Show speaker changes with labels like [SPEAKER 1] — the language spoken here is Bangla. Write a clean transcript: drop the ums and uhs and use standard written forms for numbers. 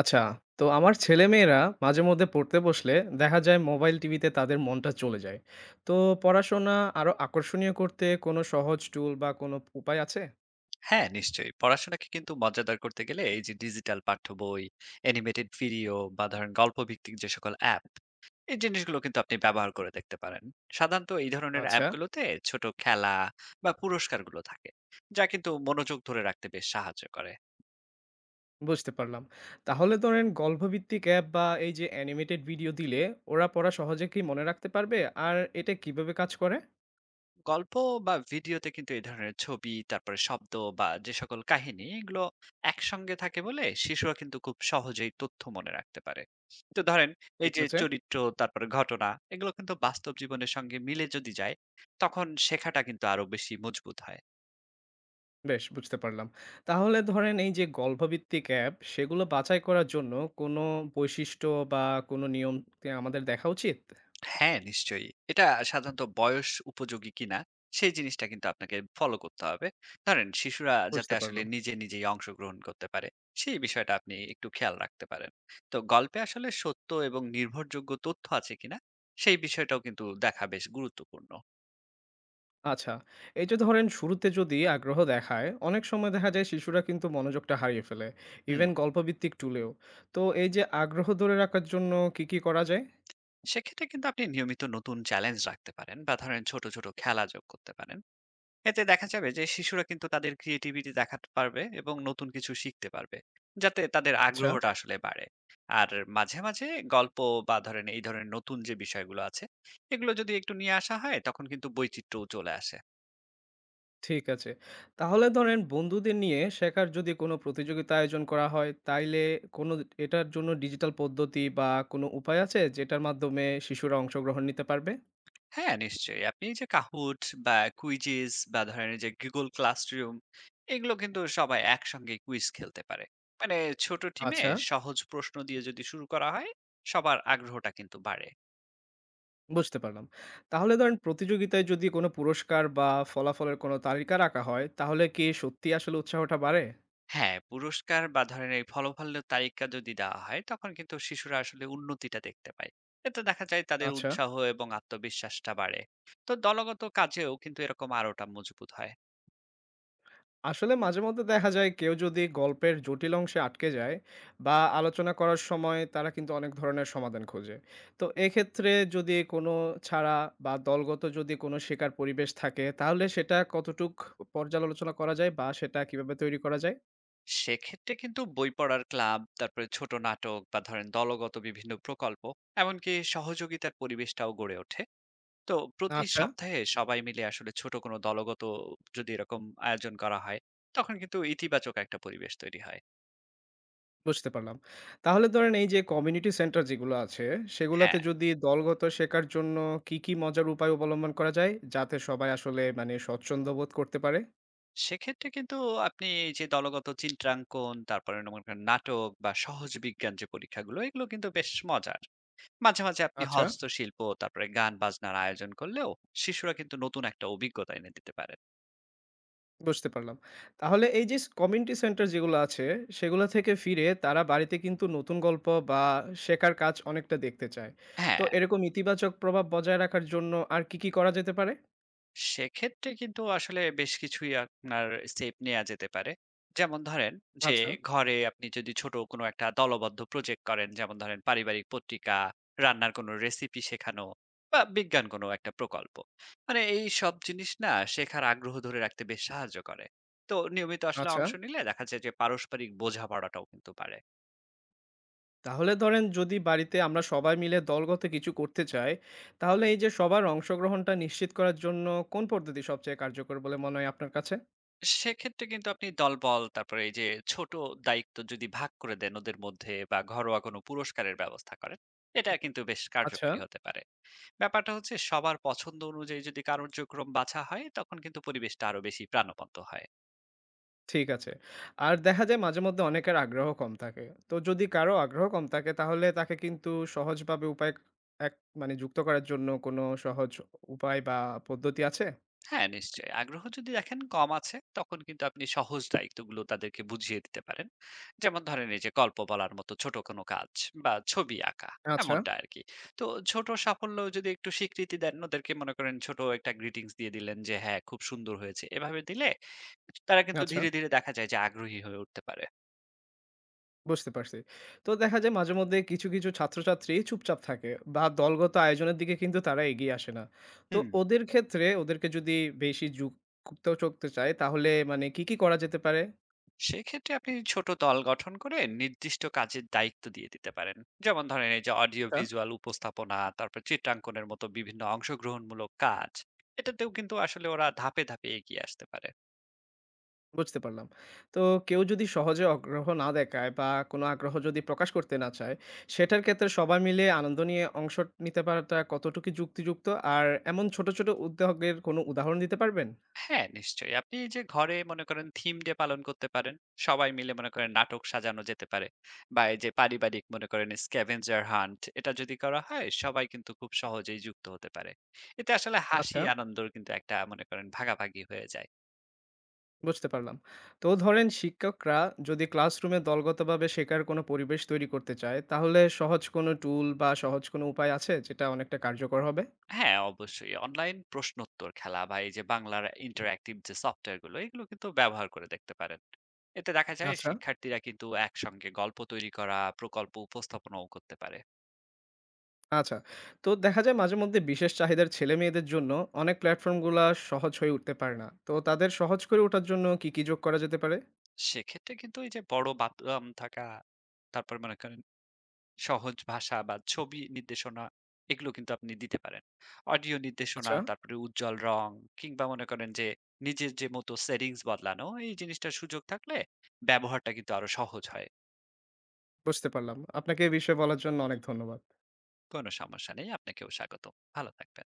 [SPEAKER 1] আচ্ছা, তো আমার ছেলেমেয়েরা মাঝেমধ্যে পড়তে বসলে দেখা যায় মোবাইল, টিভিতে তাদের মনটা চলে যায়। তো পড়াশোনা আরো আকর্ষণীয় করতে কোনো সহজ টুল বা কোনো উপায় আছে?
[SPEAKER 2] হ্যাঁ, নিশ্চয়ই। পড়াশোনাকে কিন্তু মজাদার করতে গেলে এই যে ডিজিটাল পাঠ্য বই, অ্যানিমেটেড ভিডিও বা ধরেন গল্প ভিত্তিক যে সকল অ্যাপ, এই জিনিসগুলো কিন্তু আপনি ব্যবহার করে দেখতে পারেন। সাধারণত এই ধরনের
[SPEAKER 1] আচ্ছা,
[SPEAKER 2] অ্যাপগুলোতে ছোট খেলা বা পুরস্কারগুলো থাকে, যা কিন্তু মনোযোগ ধরে রাখতে বেশ সাহায্য করে।
[SPEAKER 1] বুঝতে পারলাম। তাহলে ধরেন গল্পভিত্তিক অ্যাপ বা এই যে অ্যানিমেটেড ভিডিও দিলে ওরা পড়া সহজে কি মনে রাখতে পারবে? আর এটা কিভাবে কাজ করে?
[SPEAKER 2] গল্প বা ভিডিওতে কিন্তু এই ধরনের ছবি, তারপরে শব্দ বা যে সকল কাহিনী, এগুলো একসঙ্গে থাকে বলে শিশুরা কিন্তু খুব সহজেই তথ্য মনে রাখতে পারে। তো ধরেন এই
[SPEAKER 1] ঠিক
[SPEAKER 2] যে
[SPEAKER 1] আছে,
[SPEAKER 2] চরিত্র, তারপরে ঘটনা, এগুলো কিন্তু বাস্তব জীবনের সঙ্গে মিলে যদি যায়, তখন শেখাটা কিন্তু আরো বেশি মজবুত হয়।
[SPEAKER 1] বেশ বুঝতে পারলাম। তাহলে ধরেন এই যে গল্পভিত্তিক অ্যাপ সেগুলো বাছাই করার জন্য কোনো বৈশিষ্ট্য বা কোনো নিয়ম কি আমাদের দেখা উচিত?
[SPEAKER 2] হ্যাঁ, নিশ্চয়ই। এটা সাধারণত বয়স উপযোগী কিনা, সেই জিনিসটা কিন্তু আপনাকে ফলো করতে হবে। ধরেন শিশুরা যাতে
[SPEAKER 1] বুঝতে
[SPEAKER 2] আসলে
[SPEAKER 1] পারলাম।
[SPEAKER 2] নিজেই অংশগ্রহণ করতে পারে, সেই বিষয়টা আপনি একটু খেয়াল রাখতে পারেন। তো গল্পে আসলে সত্য এবং নির্ভরযোগ্য তথ্য আছে কিনা, সেই বিষয়টাও কিন্তু দেখা বেশ গুরুত্বপূর্ণ।
[SPEAKER 1] আচ্ছা এই যে ধরেন শুরুতে যদি আগ্রহ দেখায় অনেক সময় দেখা যায় শিশুরা কিন্তু মনোযোগটা হারিয়ে ফেলে
[SPEAKER 2] হুম,
[SPEAKER 1] ইভেন গল্পভিত্তিক টুলেও তো এই যে আগ্রহ ধরে রাখার জন্য কি কি করা যায়?
[SPEAKER 2] সেক্ষেত্রে কিন্তু আপনি নিয়মিত নতুন চ্যালেঞ্জ রাখতে পারেন বা ধরেন ছোট, ছোট খেলা যোগ করতে পারেন। এতে দেখা যাবে যে শিশুরা কিন্তু তাদের ক্রিয়েটিভিটি দেখাতে পারবে এবং নতুন কিছু শিখতে পারবে, যাতে তাদের
[SPEAKER 1] আচ্ছা,
[SPEAKER 2] আগ্রহটা আসলে বাড়ে। আর মাঝে মাঝে গল্প বা ধরেন এই ধরনের নতুন যে বিষয়গুলো আছে, এগুলো যদি একটু নিয়ে আসা হয়, তখন কিন্তু বৈচিত্র্যও চলে আসে।
[SPEAKER 1] ঠিক আছে। তাহলে ধরেন বন্ধুদের নিয়ে শেখার যদি কোনো প্রতিযোগিতা আয়োজন করা হয় তাইলে কোনো এটার জন্য ডিজিটাল পদ্ধতি বা কোনো উপায় আছে যেটার মাধ্যমে শিশুরা অংশগ্রহণ নিতে পারবে?
[SPEAKER 2] হ্যাঁ, নিশ্চয়ই। আপনি এই যে কাহুট বা কুইজিস বা ধরেন এই যে গুগল ক্লাসরুম, এগুলো কিন্তু সবাই একসঙ্গে কুইজ খেলতে পারে। মানে ছোট টিমে
[SPEAKER 1] আচ্ছা,
[SPEAKER 2] সহজ প্রশ্ন দিয়ে যদি শুরু করা হয়, সবার আগ্রহটা কিন্তু বাড়ে।
[SPEAKER 1] বুঝতে পারলাম। তাহলে ধরেন প্রতিযোগিতায় যদি কোনো পুরস্কার বা ফলাফলের কোনো তালিকা রাখা হয়, তাহলে কি সত্যিই আসলে উৎসাহটা বাড়ে?
[SPEAKER 2] হ্যাঁ, পুরস্কার বা ধরেন এই ফলাফলের তালিকা যদি দেওয়া হয়, তখন কিন্তু শিশুরা আসলে উন্নতিটা দেখতে পায়। এতে দেখা যায় তাদের
[SPEAKER 1] আচ্ছা।
[SPEAKER 2] উৎসাহ এবং আত্মবিশ্বাসটা বাড়ে। তো দলগত কাজেও কিন্তু এরকম আরোটা মজবুত হয়।
[SPEAKER 1] আসলে মাঝেমধ্যে দেখা যায় কেউ যদি গল্পের জটিল অংশে আটকে যায় বা আলোচনা করার সময় তারা কিন্তু অনেক ধরনের সমাধান খোঁজে। তো এক্ষেত্রে যদি কোনো ছাড়া বা দলগত যদি কোনো শেখার পরিবেশ থাকে, তাহলে সেটা কতটুক পর্যালোচনা করা যায় বা সেটা কিভাবে তৈরি করা যায়?
[SPEAKER 2] সেক্ষেত্রে কিন্তু বই পড়ার ক্লাব, তারপরে ছোট নাটক বা ধরেন দলগত বিভিন্ন প্রকল্প, এমনকি সহযোগিতার পরিবেশটাও গড়ে ওঠে। তো প্রতি
[SPEAKER 1] আচ্ছা।
[SPEAKER 2] সপ্তাহে সবাই মিলে আসলে ছোট কোনো দলগত যদি এরকম আয়োজন করা হয়, তখন কিন্তু ইতিবাচক একটা পরিবেশ তৈরি হয়।
[SPEAKER 1] বুঝতে পারলাম। তাহলে ধরেন এই যে কমিউনিটি সেন্টার যেগুলো আছে, সেগুলাতে
[SPEAKER 2] হ্যাঁ,
[SPEAKER 1] যদি দলগত শেখার জন্য কি, মজার উপায় অবলম্বন করা যায়? যাতে সবাই আসলে মানে স্বচ্ছন্দ বোধ করতে পারে?
[SPEAKER 2] সেক্ষেত্রে কিন্তু আপনি এই যে দলগত চিত্রাঙ্কন, তারপরে মনে করেন নাটক বা সহজ বিজ্ঞান যে পরীক্ষাগুলো, এগুলো কিন্তু বেশ মজার। মাঝে, মাঝে আপনি
[SPEAKER 1] আচ্ছা,
[SPEAKER 2] হস্তশিল্প, তারপরে গান বাজনার আয়োজন করলেও শিশুরা কিন্তু নতুন একটা অভিজ্ঞতা এনে দিতে পারে।
[SPEAKER 1] বুঝতে পারলাম। তাহলে এই যে স কমিউনিটি সেন্টার যেগুলো আছে, সেগুলা থেকে ফিরে তারা বাড়িতে কিন্তু নতুন গল্প বা শেখার কাজ অনেকটা দেখতে চায়। তো
[SPEAKER 2] হ্যাঁ,
[SPEAKER 1] এরকম ইতিবাচক প্রভাব বজায় রাখার জন্য আর কি, করা যেতে পারে?
[SPEAKER 2] সেক্ষেত্রে কিন্তু আসলে বেশ কিছুই আপনার স্টেপ নেওয়া যেতে পারে। যেমন ধরেন যে
[SPEAKER 1] আচ্ছা,
[SPEAKER 2] ঘরে আপনি যদি ছোট কোনো একটা দলবদ্ধ প্রজেক্ট করেন, যেমন ধরেন পারিবারিক পত্রিকা, রান্নার কোনো রেসিপি শেখানো বা বিজ্ঞান কোনো একটা প্রকল্প। মানে এইসব জিনিস না শেখার আগ্রহ ধরে রাখতে বেশ সাহায্য করে। তো নিয়মিত আসলে
[SPEAKER 1] আচ্ছা।
[SPEAKER 2] অংশ নিলে দেখা যায় যে পারস্পরিক বোঝাপড়াটাও কিন্তু বাড়ে।
[SPEAKER 1] তাহলে ধরেন যদি বাড়িতে আমরা সবাই মিলে দলগত কিছু করতে চাই, তাহলে এই যে সবার অংশগ্রহণটা নিশ্চিত করার জন্য কোন পদ্ধতি সবচেয়ে কার্যকর বলে মনে হয় আপনার কাছে?
[SPEAKER 2] সেক্ষেত্রে কিন্তু আপনি দলবল, তারপরে এই যে ছোট দায়িত্ব যদি ভাগ করে দেন ওদের মধ্যে বা ঘরোয়া কোনো পুরস্কারের ব্যবস্থা করেন, এটা কিন্তু বেশ
[SPEAKER 1] আচ্ছা,
[SPEAKER 2] কার্যকরী হতে পারে। ব্যাপারটা হচ্ছে সবার পছন্দ অনুযায়ী যদি কার্যক্রম বাছা হয়, তখন কিন্তু পরিবেশটা আরো বেশি প্রাণবন্ত হয়।
[SPEAKER 1] ঠিক আছে। আর দেখা যায় মাঝে মধ্যে অনেকের আগ্রহ কম থাকে। তো যদি কারো আগ্রহ কম থাকে তাহলে তাকে কিন্তু সহজভাবে উপায় এক মানে যুক্ত করার জন্য কোনো সহজ উপায় বা পদ্ধতি আছে?
[SPEAKER 2] হ্যাঁ, নিশ্চয়ই। আগ্রহ যদি দেখেন কম আছে, তখন কিন্তু আপনি সহজ দায়িত্বগুলো তাদেরকে বুঝিয়ে দিতে পারেন। যেমন ধরেন এই যে গল্প বলার মতো ছোট কোনো কাজ বা ছবি আঁকা,
[SPEAKER 1] আচ্ছা,
[SPEAKER 2] এমনটা আরকি। তো ছোট সাফল্য যদি একটু স্বীকৃতি দেন ওদেরকে, মনে করেন ছোট একটা গ্রিটিংস দিয়ে দিলেন যে হ্যাঁ, খুব সুন্দর হয়েছে। এভাবে দিলে তারা কিন্তু
[SPEAKER 1] আচ্ছা।
[SPEAKER 2] ধীরে, ধীরে দেখা যায় যে আগ্রহী হয়ে উঠতে পারে।
[SPEAKER 1] বুঝতে পারছি। তো দেখা যায় মাঝেমধ্যে কিছু, ছাত্রছাত্রী চুপচাপ থাকে বা দলগত আয়োজনের দিকে কিন্তু তারা এগিয়ে আসে না। তো
[SPEAKER 2] হুম।
[SPEAKER 1] ওদের ক্ষেত্রে ওদেরকে যদি বেশি যুক্ত করতে চায় তাহলে মানে কি, করা যেতে পারে?
[SPEAKER 2] সেক্ষেত্রে আপনি ছোট দল গঠন করে নির্দিষ্ট কাজের দায়িত্ব দিয়ে দিতে পারেন। যেমন ধরেন এই যে অডিও
[SPEAKER 1] আচ্ছা,
[SPEAKER 2] ভিজুয়াল উপস্থাপনা, তারপর চিত্রাঙ্কনের মতো বিভিন্ন অংশগ্রহণমূলক কাজ, এটাতেও কিন্তু আসলে ওরা ধাপে ধাপে এগিয়ে আসতে পারে।
[SPEAKER 1] বুঝতে পারলাম। তো কেউ যদি সহজে আগ্রহ না দেখায় বা কোনো আগ্রহ যদি প্রকাশ করতে না চায়, সেটার ক্ষেত্রে সবাই মিলে আনন্দ নিয়ে অংশ নিতে পারাটা কতটুকু যুক্তিযুক্ত? আর এমন ছোট, ছোট উদ্যোগের কোনো উদাহরণ দিতে পারবেন?
[SPEAKER 2] হ্যাঁ, নিশ্চয়ই। আপনি এই যে ঘরে মনে করেন থিম ডে পালন করতে পারেন, সবাই মিলে মনে করেন নাটক সাজানো যেতে পারে বা এই যে পারিবারিক মনে করেন স্ক্যাভেঞ্জার হান্ট, এটা যদি করা হয় সবাই কিন্তু খুব সহজেই যুক্ত হতে পারে। এতে আসলে হাসি
[SPEAKER 1] আচ্ছা।
[SPEAKER 2] আনন্দর কিন্তু একটা মনে করেন ভাগাভাগি হয়ে যায়।
[SPEAKER 1] বুঝতে পারলাম। তো ধরেন শিক্ষকরা যদি ক্লাসরুমে দলগতভাবে শেখার কোনো পরিবেশ তৈরি করতে চায়, তাহলে সহজ কোনো টুল বা সহজ কোনো উপায় আছে যেটা অনেকটা কার্যকর হবে?
[SPEAKER 2] হ্যাঁ, অবশ্যই। অনলাইন প্রশ্নোত্তর খেলা বা এই যে বাংলার ইন্টারঅ্যাক্টিভ যে সফটওয়্যার গুলো, এগুলো কিন্তু ব্যবহার করে দেখতে পারেন। এতে দেখা যায়
[SPEAKER 1] আচ্ছা,
[SPEAKER 2] শিক্ষার্থীরা কিন্তু একসঙ্গে গল্প তৈরি করা, প্রকল্প উপস্থাপনাও করতে পারে।
[SPEAKER 1] আচ্ছা। তো দেখা যায় মাঝেমধ্যে বিশেষ চাহিদার ছেলেমেয়েদের জন্য অনেক প্ল্যাটফর্মগুলা সহজ হয়ে উঠতে পারে না। তো তাদের সহজ করে ওঠার জন্য কি, যোগ করা যেতে পারে?
[SPEAKER 2] সেক্ষেত্রে কিন্তু এই যে বড় বাথরুম থাকা, তারপর মনে করেন সহজ ভাষা বা ছবি নির্দেশনা, এগুলো কিন্তু আপনি দিতে পারেন। অডিও নির্দেশনা,
[SPEAKER 1] আচ্ছা,
[SPEAKER 2] তারপরে উজ্জ্বল রং কিংবা মনে করেন যে নিজের যে মতো সেটিংস বদলানো, এই জিনিসটার সুযোগ থাকলে ব্যবহারটা কিন্তু আরো সহজ হয়।
[SPEAKER 1] বুঝতে পারলাম। আপনাকে এই বিষয়ে বলার জন্য অনেক ধন্যবাদ।
[SPEAKER 2] কোনো সমস্যা নেই। আপনাকেও স্বাগতম। ভালো থাকবেন।